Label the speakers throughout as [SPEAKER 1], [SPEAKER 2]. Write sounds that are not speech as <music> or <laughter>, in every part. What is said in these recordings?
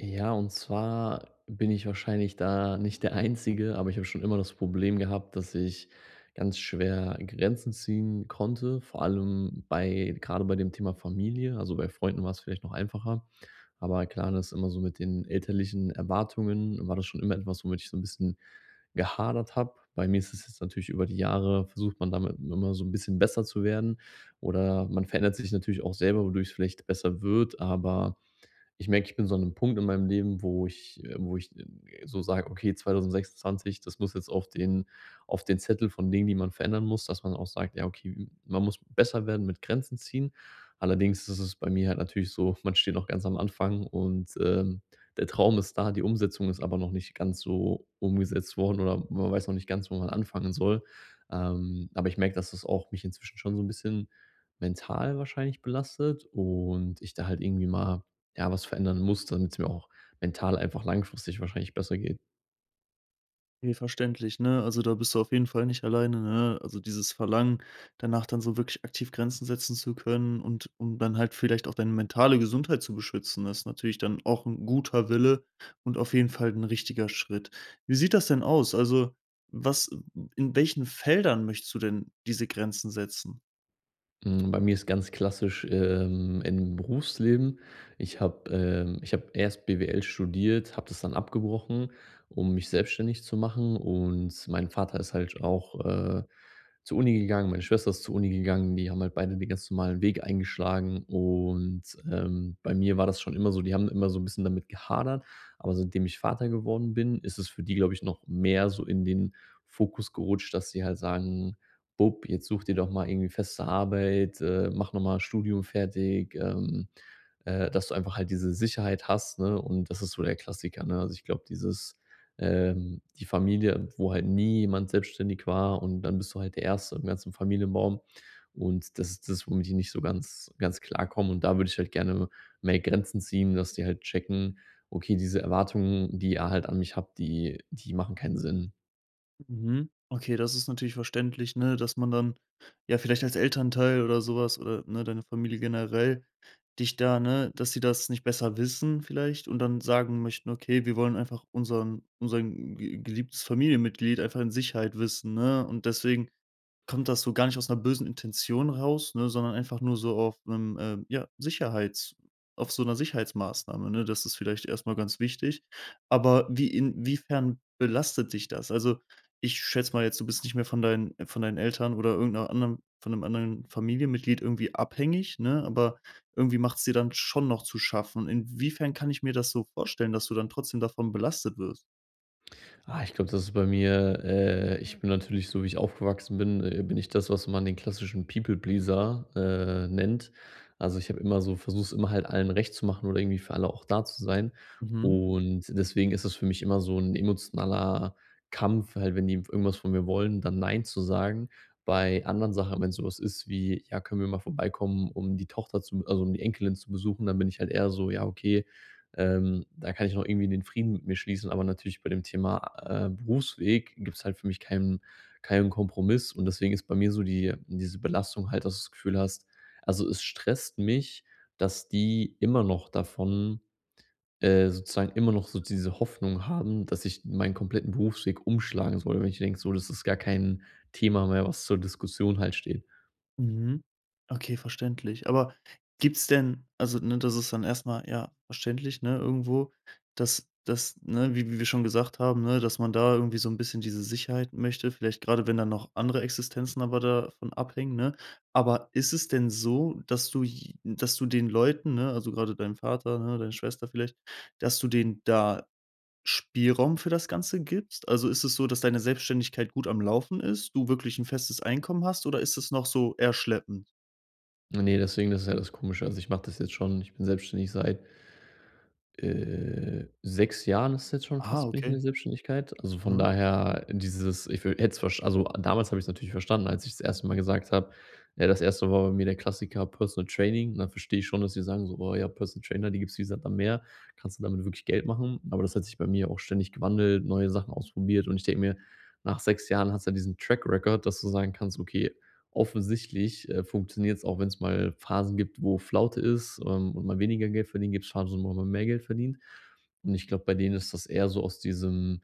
[SPEAKER 1] Ja, und zwar bin ich wahrscheinlich da nicht der Einzige, aber ich habe schon immer das Problem gehabt, dass ich ganz schwer Grenzen ziehen konnte, vor allem bei gerade bei dem Thema Familie. Also, bei Freunden war es vielleicht noch einfacher, aber klar, das ist immer so mit den elterlichen Erwartungen war das schon immer etwas, womit ich so ein bisschen gehadert habe. Bei mir ist es jetzt natürlich über die Jahre versucht man damit immer so ein bisschen besser zu werden oder man verändert sich natürlich auch selber, wodurch es vielleicht besser wird, aber ich merke, ich bin so an einem Punkt in meinem Leben, wo ich so sage: „Okay, 2026, das muss jetzt auf den Zettel von Dingen, die man verändern muss“, dass man auch sagt: „Ja, okay, man muss besser werden mit Grenzen ziehen.“ Allerdings ist es bei mir halt natürlich so, man steht noch ganz am Anfang und der Traum ist da, die Umsetzung ist aber noch nicht ganz so umgesetzt worden oder man weiß noch nicht ganz, wo man anfangen soll. Aber ich merke, dass das auch mich inzwischen schon so ein bisschen mental wahrscheinlich belastet und ich da halt irgendwie mal ja, was verändern muss, damit es mir auch mental einfach langfristig wahrscheinlich besser geht.
[SPEAKER 2] Okay, verständlich, ne? Also, da bist du auf jeden Fall nicht alleine, ne? Also, dieses Verlangen danach, dann so wirklich aktiv Grenzen setzen zu können und um dann halt vielleicht auch deine mentale Gesundheit zu beschützen, das ist natürlich dann auch ein guter Wille und auf jeden Fall ein richtiger Schritt. Wie sieht das denn aus? Also, was in welchen Feldern möchtest du denn diese Grenzen setzen?
[SPEAKER 1] Hm, bei mir ist ganz klassisch, im Berufsleben. Ich habe erst BWL studiert, habe das dann abgebrochen, um mich selbstständig zu machen, und mein Vater ist halt auch, zur Uni gegangen, meine Schwester ist zur Uni gegangen, die haben halt beide den ganz normalen Weg eingeschlagen, und bei mir war das schon immer so, die haben immer so ein bisschen damit gehadert, aber seitdem ich Vater geworden bin, ist es für die, glaube ich, noch mehr so in den Fokus gerutscht, dass sie halt sagen: Bub, jetzt such dir doch mal irgendwie feste Arbeit, mach nochmal Studium fertig, dass du einfach halt diese Sicherheit hast, ne? Und das ist so der Klassiker, ne? Also, ich glaube, dieses die Familie, wo halt nie jemand selbstständig war und dann bist du halt der Erste im ganzen Familienbaum. Und das ist das, womit die nicht so ganz ganz klarkommen. Und da würde ich halt gerne mehr Grenzen ziehen, dass die halt checken: „Okay, diese Erwartungen, die ihr halt an mich habt, die machen keinen Sinn.“
[SPEAKER 2] Mhm. Okay, das ist natürlich verständlich, ne, dass man dann, ja, vielleicht als Elternteil oder sowas oder, ne, deine Familie generell dich da ne, dass sie das nicht besser wissen vielleicht und dann sagen möchten: „Okay, wir wollen einfach unseren ge geliebtes Familienmitglied einfach in Sicherheit wissen“, ne? Und deswegen kommt das so gar nicht aus einer bösen Intention raus, ne, sondern einfach nur so auf einem ja, Sicherheits auf so einer Sicherheitsmaßnahme, ne? Das ist vielleicht erstmal ganz wichtig. Aber wie inwiefern belastet dich das? Also, ich schätze mal jetzt, du bist nicht mehr von deinen Eltern oder irgend anderen von einem anderen Familienmitglied irgendwie abhängig, ne? Aber irgendwie macht's dir dann schon noch zu schaffen. Inwiefern kann ich mir das so vorstellen, dass du dann trotzdem davon belastet wirst?
[SPEAKER 1] Ah, ich glaube, das ist bei mir ich bin natürlich so, wie ich aufgewachsen bin, bin ich das, was man den klassischen People Pleaser, nennt. Also, ich habe immer so versuche immer halt allen recht zu machen oder irgendwie für alle auch da zu sein.
[SPEAKER 2] Mhm.
[SPEAKER 1] Und deswegen ist es für mich immer so ein emotionaler Kampf, halt, wenn die irgendwas von mir wollen, dann nein zu sagen. Bei anderen Sachen, wenn sowas ist wie: „Ja, können wir mal vorbeikommen, um die Tochter zu also, um die Enkelin zu besuchen“, dann bin ich halt eher so: „Ja, okay, da kann ich noch irgendwie den Frieden mit mir schließen, aber natürlich bei dem Thema, Berufsweg gibt es halt für mich keinen Kompromiss und deswegen ist bei mir so diese Belastung halt, dass du das Gefühl hast also, es stresst mich, dass die immer noch davon sozusagen immer noch so diese Hoffnung haben, dass ich meinen kompletten Berufsweg umschlagen soll, wenn ich denke, so, das ist gar kein Thema mehr, was zur Diskussion halt steht.
[SPEAKER 2] Mhm. Okay, verständlich. Aber gibt's denn also, ne, das ist dann erstmal ja, verständlich, ne, irgendwo, dass ne, wie wir schon gesagt haben, ne, dass man da irgendwie so ein bisschen diese Sicherheit möchte, vielleicht gerade wenn dann noch andere Existenzen aber davon abhängen, ne? Aber ist es denn so, dass du j dass du den Leuten, ne, also gerade deinem Vater, ne, deine Schwester vielleicht, dass du denen da Spielraum für das Ganze gibst? Also, ist es so, dass deine Selbstständigkeit gut am Laufen ist, du wirklich ein festes Einkommen hast, oder ist es noch so eher schleppend?
[SPEAKER 1] Ne, deswegen, das ist ja das Komische. Also, ich mache das jetzt schon ich bin selbstständig seit 6 Jahren ist es jetzt schon
[SPEAKER 2] Ah,
[SPEAKER 1] fast bin ich in der
[SPEAKER 2] okay.
[SPEAKER 1] Selbstständigkeit. Also, von
[SPEAKER 2] Mhm.
[SPEAKER 1] daher dieses ich hätte es versch also, damals habe ich's natürlich verstanden, als ich das erste Mal gesagt habe. Ja, das erste war bei mir der Klassiker Personal Training. Und dann verstehe ich schon, dass sie sagen so: „Boah, ja, Personal Trainer, die gibt's wie Sand am Meer. Kannst du damit wirklich Geld machen?“ Aber das hat sich bei mir auch ständig gewandelt, neue Sachen ausprobiert. Und ich denke mir, nach 6 Jahren hast du ja diesen Track Record, dass du sagen kannst: „Okay, offensichtlich, funktioniert es auch, wenn es mal Phasen gibt, wo Flaute ist, und man weniger Geld verdient, gibt es Phasen, wo man mehr Geld verdient. Und ich glaube, bei denen ist das eher so aus diesem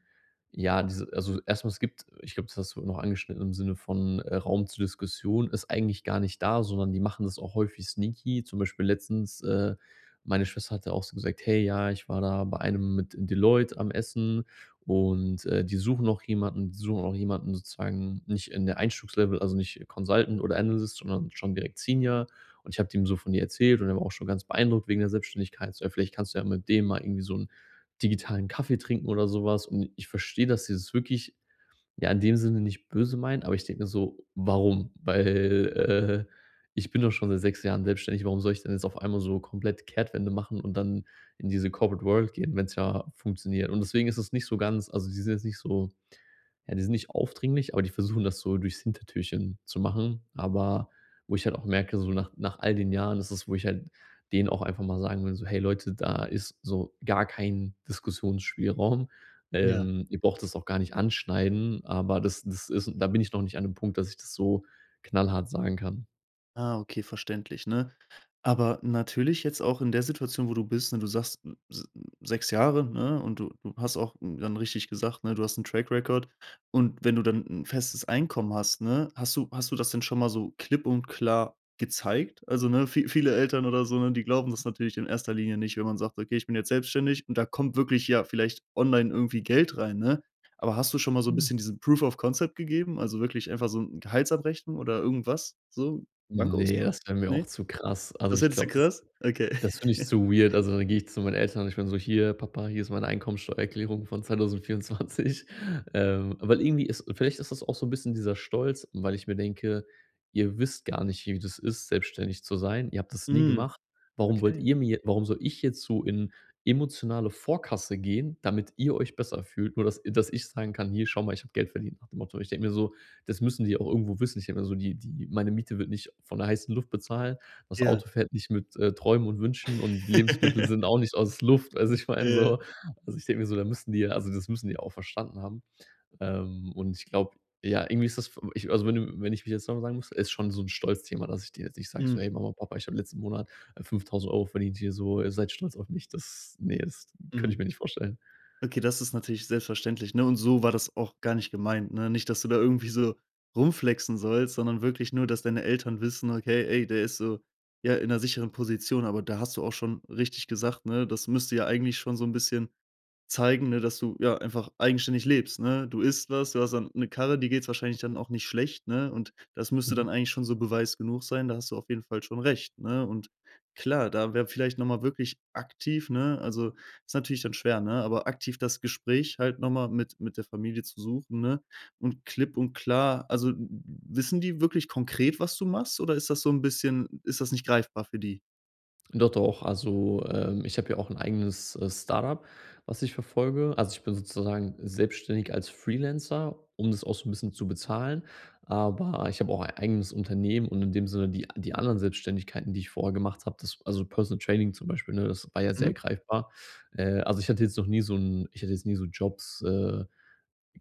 [SPEAKER 1] ja, diese also, erstmal es gibt ich glaube, das hast du noch angeschnitten im Sinne von, Raum zur Diskussion ist eigentlich gar nicht da, sondern die machen das auch häufig sneaky. Zum Beispiel letztens, meine Schwester hatte auch so gesagt: „Hey, ja, ich war da bei einem mit Deloitte am Essen, und die suchen auch jemanden sozusagen nicht in der Einstiegslevel, also nicht Consultant oder Analyst, sondern schon direkt Senior. Und ich habe dem so von dir erzählt und er war auch schon ganz beeindruckt wegen der Selbstständigkeit. So: „Ja, vielleicht kannst du ja mit dem mal irgendwie so einen digitalen Kaffee trinken oder sowas. Und ich verstehe, dass sie es wirklich ja, in dem Sinne nicht böse meinen, aber ich denke mir so: „Warum?“ Weil ich bin doch schon seit 6 Jahren selbstständig, warum soll ich denn jetzt auf einmal so komplett Kehrtwende machen und dann in diese Corporate World gehen, wenn es ja funktioniert? Und deswegen ist es nicht so ganz also, die sind jetzt nicht so ja, die sind nicht aufdringlich, aber die versuchen das so durchs Hintertürchen zu machen. Aber wo ich halt auch merke, so nach all den Jahren ist es, wo ich halt denen auch einfach mal sagen will, so: „Hey Leute, da ist so gar kein Diskussionsspielraum.
[SPEAKER 2] Ja.
[SPEAKER 1] Ihr braucht das auch gar nicht anschneiden.“ Aber das das ist da bin ich noch nicht an dem Punkt, dass ich das so knallhart sagen kann.
[SPEAKER 2] Ah, okay, verständlich, ne? Aber natürlich jetzt auch in der Situation, wo du bist, ne, du sagst m s 6 Jahre, ne, und du hast auch m, dann richtig gesagt, ne, du hast einen Track Record. Und wenn du dann ein festes Einkommen hast, ne, hast du das denn schon mal so klipp und klar gezeigt? Also, ne, vie viele Eltern oder so, ne, die glauben das natürlich in erster Linie nicht, wenn man sagt: „Okay, ich bin jetzt selbstständig“, und da kommt wirklich ja vielleicht online irgendwie Geld rein, ne? Aber hast du schon mal so ein
[SPEAKER 1] Mhm.
[SPEAKER 2] bisschen diesen Proof of Concept gegeben, also wirklich einfach so 'n Gehaltsabrechnung oder irgendwas so?
[SPEAKER 1] Nee,
[SPEAKER 2] Bankauszug?
[SPEAKER 1] das wäre mir auch
[SPEAKER 2] Ne?
[SPEAKER 1] zu krass. Also,
[SPEAKER 2] Das
[SPEAKER 1] ich
[SPEAKER 2] findest du
[SPEAKER 1] glaube,
[SPEAKER 2] krass? Okay.
[SPEAKER 1] das finde ich zu
[SPEAKER 2] <laughs>
[SPEAKER 1] weird. Also, dann gehe ich zu meinen Eltern und ich bin so: „Hier, Papa, hier ist meine Einkommensteuererklärung von 2024.“ <laughs> Weil irgendwie ist das auch so ein bisschen dieser Stolz, weil ich mir denke: „Ihr wisst gar nicht, wie das ist, selbstständig zu sein. Ihr habt das nie
[SPEAKER 2] Mhm,
[SPEAKER 1] gemacht. Warum wollt
[SPEAKER 2] okay.
[SPEAKER 1] ihr mir Warum soll ich jetzt so in emotionale Vorkasse gehen, damit ihr euch besser fühlt, nur dass ich sagen kann: ‚Hier, schau mal, ich habe Geld verdient,' nach dem Motto.“ Ich denke mir so, das müssen die auch irgendwo wissen. Ich denke mir so, die meine Miete wird nicht von der heißen Luft bezahlt. Das
[SPEAKER 2] Ja.
[SPEAKER 1] Auto fährt nicht mit, Träumen und Wünschen, und die Lebensmittel sind
[SPEAKER 2] <laughs>
[SPEAKER 1] auch nicht aus Luft. Also, ich meine
[SPEAKER 2] Ja.
[SPEAKER 1] so also, ich denke mir so, da müssen die ja also, das müssen die ja auch verstanden haben. Und ich glaube, ja, irgendwie ist das v ich also, wenn ich mich jetzt nochmal sagen muss, ist schon so ein Stolzthema, dass ich denen jetzt nicht sage so:
[SPEAKER 2] Mhm,
[SPEAKER 1] „Hey Mama, Papa, ich habe letzten Monat, 5.000 € verdient hier so, ihr seid stolz auf mich.“ Das nee, das könnte ich
[SPEAKER 2] mhm.
[SPEAKER 1] mir nicht vorstellen.
[SPEAKER 2] Okay, das ist natürlich selbstverständlich, ne? Und so war das auch gar nicht gemeint, ne? Nicht, dass du da irgendwie so rumflexen sollst, sondern wirklich nur, dass deine Eltern wissen: „Okay, ey, der ist so, ja, in 'ner sicheren Position.“ Aber da hast du auch schon richtig gesagt, ne? Das müsste ja eigentlich schon so 'n bisschen zeigen, ne, dass du, ja, einfach eigenständig lebst, ne? Du isst was, du hast dann 'ne Karre, dir geht's wahrscheinlich dann auch nicht schlecht, ne? Und das müsste
[SPEAKER 1] Mhm.
[SPEAKER 2] dann eigentlich schon so Beweis genug sein, da hast du auf jeden Fall schon recht, ne? Und klar, da wäre vielleicht noch mal wirklich aktiv, ne, also, ist natürlich dann schwer, ne, aber aktiv das Gespräch halt noch mal mit der Familie zu suchen, ne? Und klipp und klar also, wissen die wirklich konkret, was du machst, oder ist das so ein bisschen, ist das nicht greifbar für die?
[SPEAKER 1] Doch, doch. Also, ich habe ja auch ein eigenes, Startup, was ich verfolge. Also, ich bin sozusagen selbstständig als Freelancer, um das auch so ein bisschen zu bezahlen. Aber ich habe auch ein eigenes Unternehmen, und in dem Sinne die anderen Selbstständigkeiten, die ich vorher gemacht habe, das also, Personal Training zum Beispiel, ne, das war ja sehr
[SPEAKER 2] Mhm.
[SPEAKER 1] greifbar. Also, ich hatte jetzt noch nie so ein ich hatte jetzt nie so Jobs,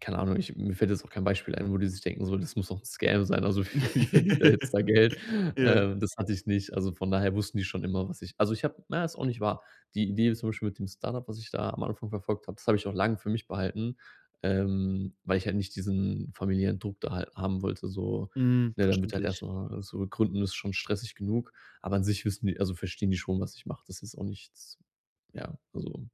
[SPEAKER 1] keine Ahnung, ich mir fällt jetzt auch kein Beispiel ein, wo die sich denken so: „Das muss doch ein Scam sein, also <laughs> wie verdient der jetzt
[SPEAKER 2] <laughs>
[SPEAKER 1] da Geld?“
[SPEAKER 2] Ja.
[SPEAKER 1] Das hatte ich nicht. Also, von daher wussten die schon immer, was ich also ich habe na, ist auch nicht wahr. Die Idee zum Beispiel mit dem Startup, was ich da am Anfang verfolgt habe, das habe ich auch lange für mich behalten, weil ich halt nicht diesen familiären Druck da halt haben wollte, so,
[SPEAKER 2] Mhm,
[SPEAKER 1] ne, dann wird halt
[SPEAKER 2] verständlich.
[SPEAKER 1] erstmal so gründen ist schon stressig genug, aber an sich wissen die also verstehen die schon, was ich mache. Das ist auch nichts ja, also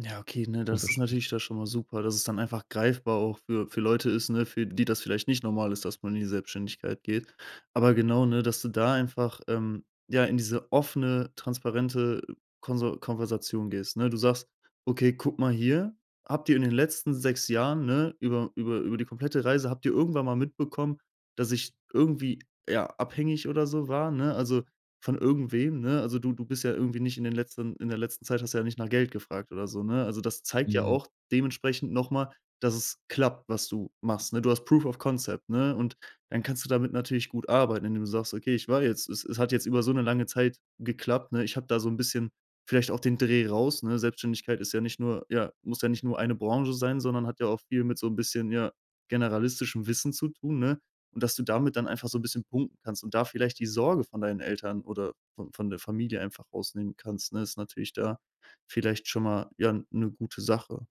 [SPEAKER 2] Ja, okay, ne, das ist
[SPEAKER 1] unverständlich.
[SPEAKER 2] natürlich da schon mal super, dass es dann einfach greifbar auch für Leute ist, ne, für die das vielleicht nicht normal ist, dass man in die Selbstständigkeit geht. Aber genau, ne, dass du da einfach, ja, in diese offene, transparente Konso Konversation gehst, ne? Du sagst: „Okay, guck mal hier, habt ihr in den letzten 6 Jahren, ne, über die komplette Reise habt ihr irgendwann mal mitbekommen, dass ich irgendwie, ja, abhängig oder so war, ne? Also, von irgendwem, ne? Also, du bist ja irgendwie nicht in den letzten in der letzten Zeit hast du ja nicht nach Geld gefragt oder so, ne? Also, das zeigt ja
[SPEAKER 1] Mhm.
[SPEAKER 2] auch dementsprechend nochmal, dass es klappt, was du machst, ne? Du hast Proof of Concept, ne? Und dann kannst du damit natürlich gut arbeiten, indem du sagst: „Okay, ich war jetzt es hat jetzt über so eine lange Zeit geklappt, ne? Ich habe da so ein bisschen vielleicht auch den Dreh raus“, ne? Selbstständigkeit ist ja nicht nur ja, muss ja nicht nur eine Branche sein, sondern hat ja auch viel mit so ein bisschen, ja, generalistischem Wissen zu tun, ne? Und dass du damit dann einfach so ein bisschen punkten kannst und da vielleicht die Sorge von deinen Eltern oder von der Familie einfach rausnehmen kannst, ne? Ist natürlich da vielleicht schon mal, ja, eine gute Sache.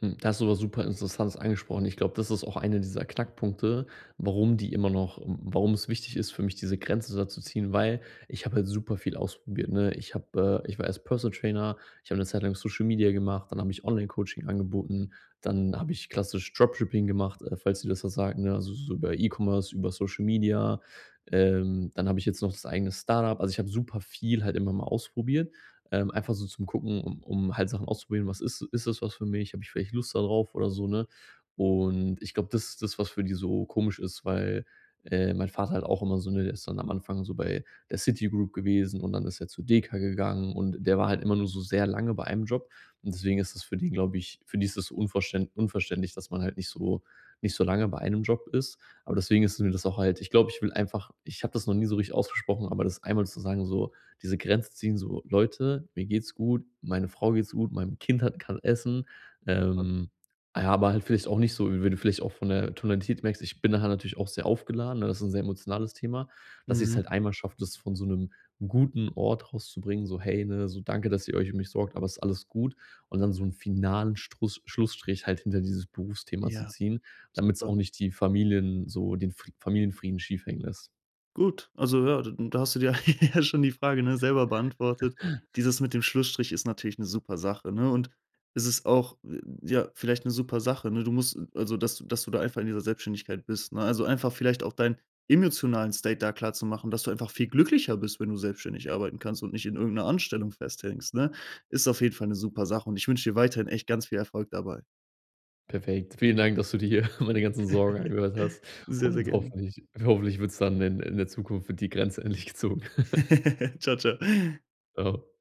[SPEAKER 1] Hm, da hast du was super Interessantes angesprochen. Ich glaube, das ist auch einer dieser Knackpunkte, warum die immer noch warum es wichtig ist für mich, diese Grenze da zu ziehen, weil ich habe halt super viel ausprobiert, ne? Ich habe ich war erst Personal Trainer, ich habe eine Zeit lang Social Media gemacht, dann habe ich Online-Coaching angeboten, dann habe ich klassisch Dropshipping gemacht, falls dir das was sagt, ne? Also, so über E-Commerce, über Social Media. Dann habe ich jetzt noch das eigene Startup. Also, ich habe super viel halt immer mal ausprobiert einfach so zum Gucken, um halt Sachen auszuprobieren. Was ist das was für mich? Habe ich vielleicht Lust darauf oder so, ne? Und ich glaube, das ist das, was für die so komisch ist, weil mein Vater halt auch immer so, ne, der ist dann am Anfang so bei der City Group gewesen und dann ist er zu Deka gegangen und der war halt immer nur so sehr lange bei einem Job. Und deswegen ist das für den, glaube ich, für die ist das so unverständlich, dass man halt nicht so lange bei einem Job ist. Aber deswegen ist mir das auch halt ich glaube, ich will einfach ich habe das noch nie so richtig ausgesprochen, aber das einmal zu sagen so: diese Grenze ziehen, so: „Leute, mir geht's gut, meine Frau geht's gut, meinem Kind hat kann essen.“ Ähm, ah ja, aber halt vielleicht auch nicht so, wenn du vielleicht auch von der Tonalität merkst, ich bin nachher natürlich auch sehr aufgeladen, ne? Das ist ein sehr emotionales Thema, dass ich es
[SPEAKER 2] Mhm.
[SPEAKER 1] halt einmal schaffe, das von so einem guten Ort rauszubringen, so: „Hey, ne, so danke, dass ihr euch um mich sorgt, aber es ist alles gut.“ Und dann so einen finalen Struss Schlussstrich halt hinter dieses Berufsthema zu
[SPEAKER 2] Ja,
[SPEAKER 1] ziehen, damit es
[SPEAKER 2] super.
[SPEAKER 1] auch nicht die Familien so den Fri Familienfrieden schief hängen lässt.
[SPEAKER 2] Gut, also ja, d da hast du dir <laughs> ja schon die Frage, ne, selber beantwortet. Dieses mit dem Schlussstrich ist natürlich eine super Sache, ne? Und es ist auch, ja, vielleicht eine super Sache, ne? Du musst also, dass du da einfach in dieser Selbstständigkeit bist, ne? Also, einfach vielleicht auch deinen emotionalen State da klar zu machen, dass du einfach viel glücklicher bist, wenn du selbstständig arbeiten kannst und nicht in irgendeiner Anstellung festhängst, ne? Ist auf jeden Fall eine super Sache und ich wünsche dir weiterhin echt ganz viel Erfolg dabei.
[SPEAKER 1] Perfekt. Vielen Dank, dass du dir <laughs> meine ganzen Sorgen
[SPEAKER 2] <laughs>
[SPEAKER 1] angehört hast
[SPEAKER 2] Sehr, sehr
[SPEAKER 1] und
[SPEAKER 2] gerne.
[SPEAKER 1] hoffentlich wird es dann in der Zukunft wird die Grenze endlich gezogen. <laughs>
[SPEAKER 2] <laughs> Ciao ciao.
[SPEAKER 1] Tschau.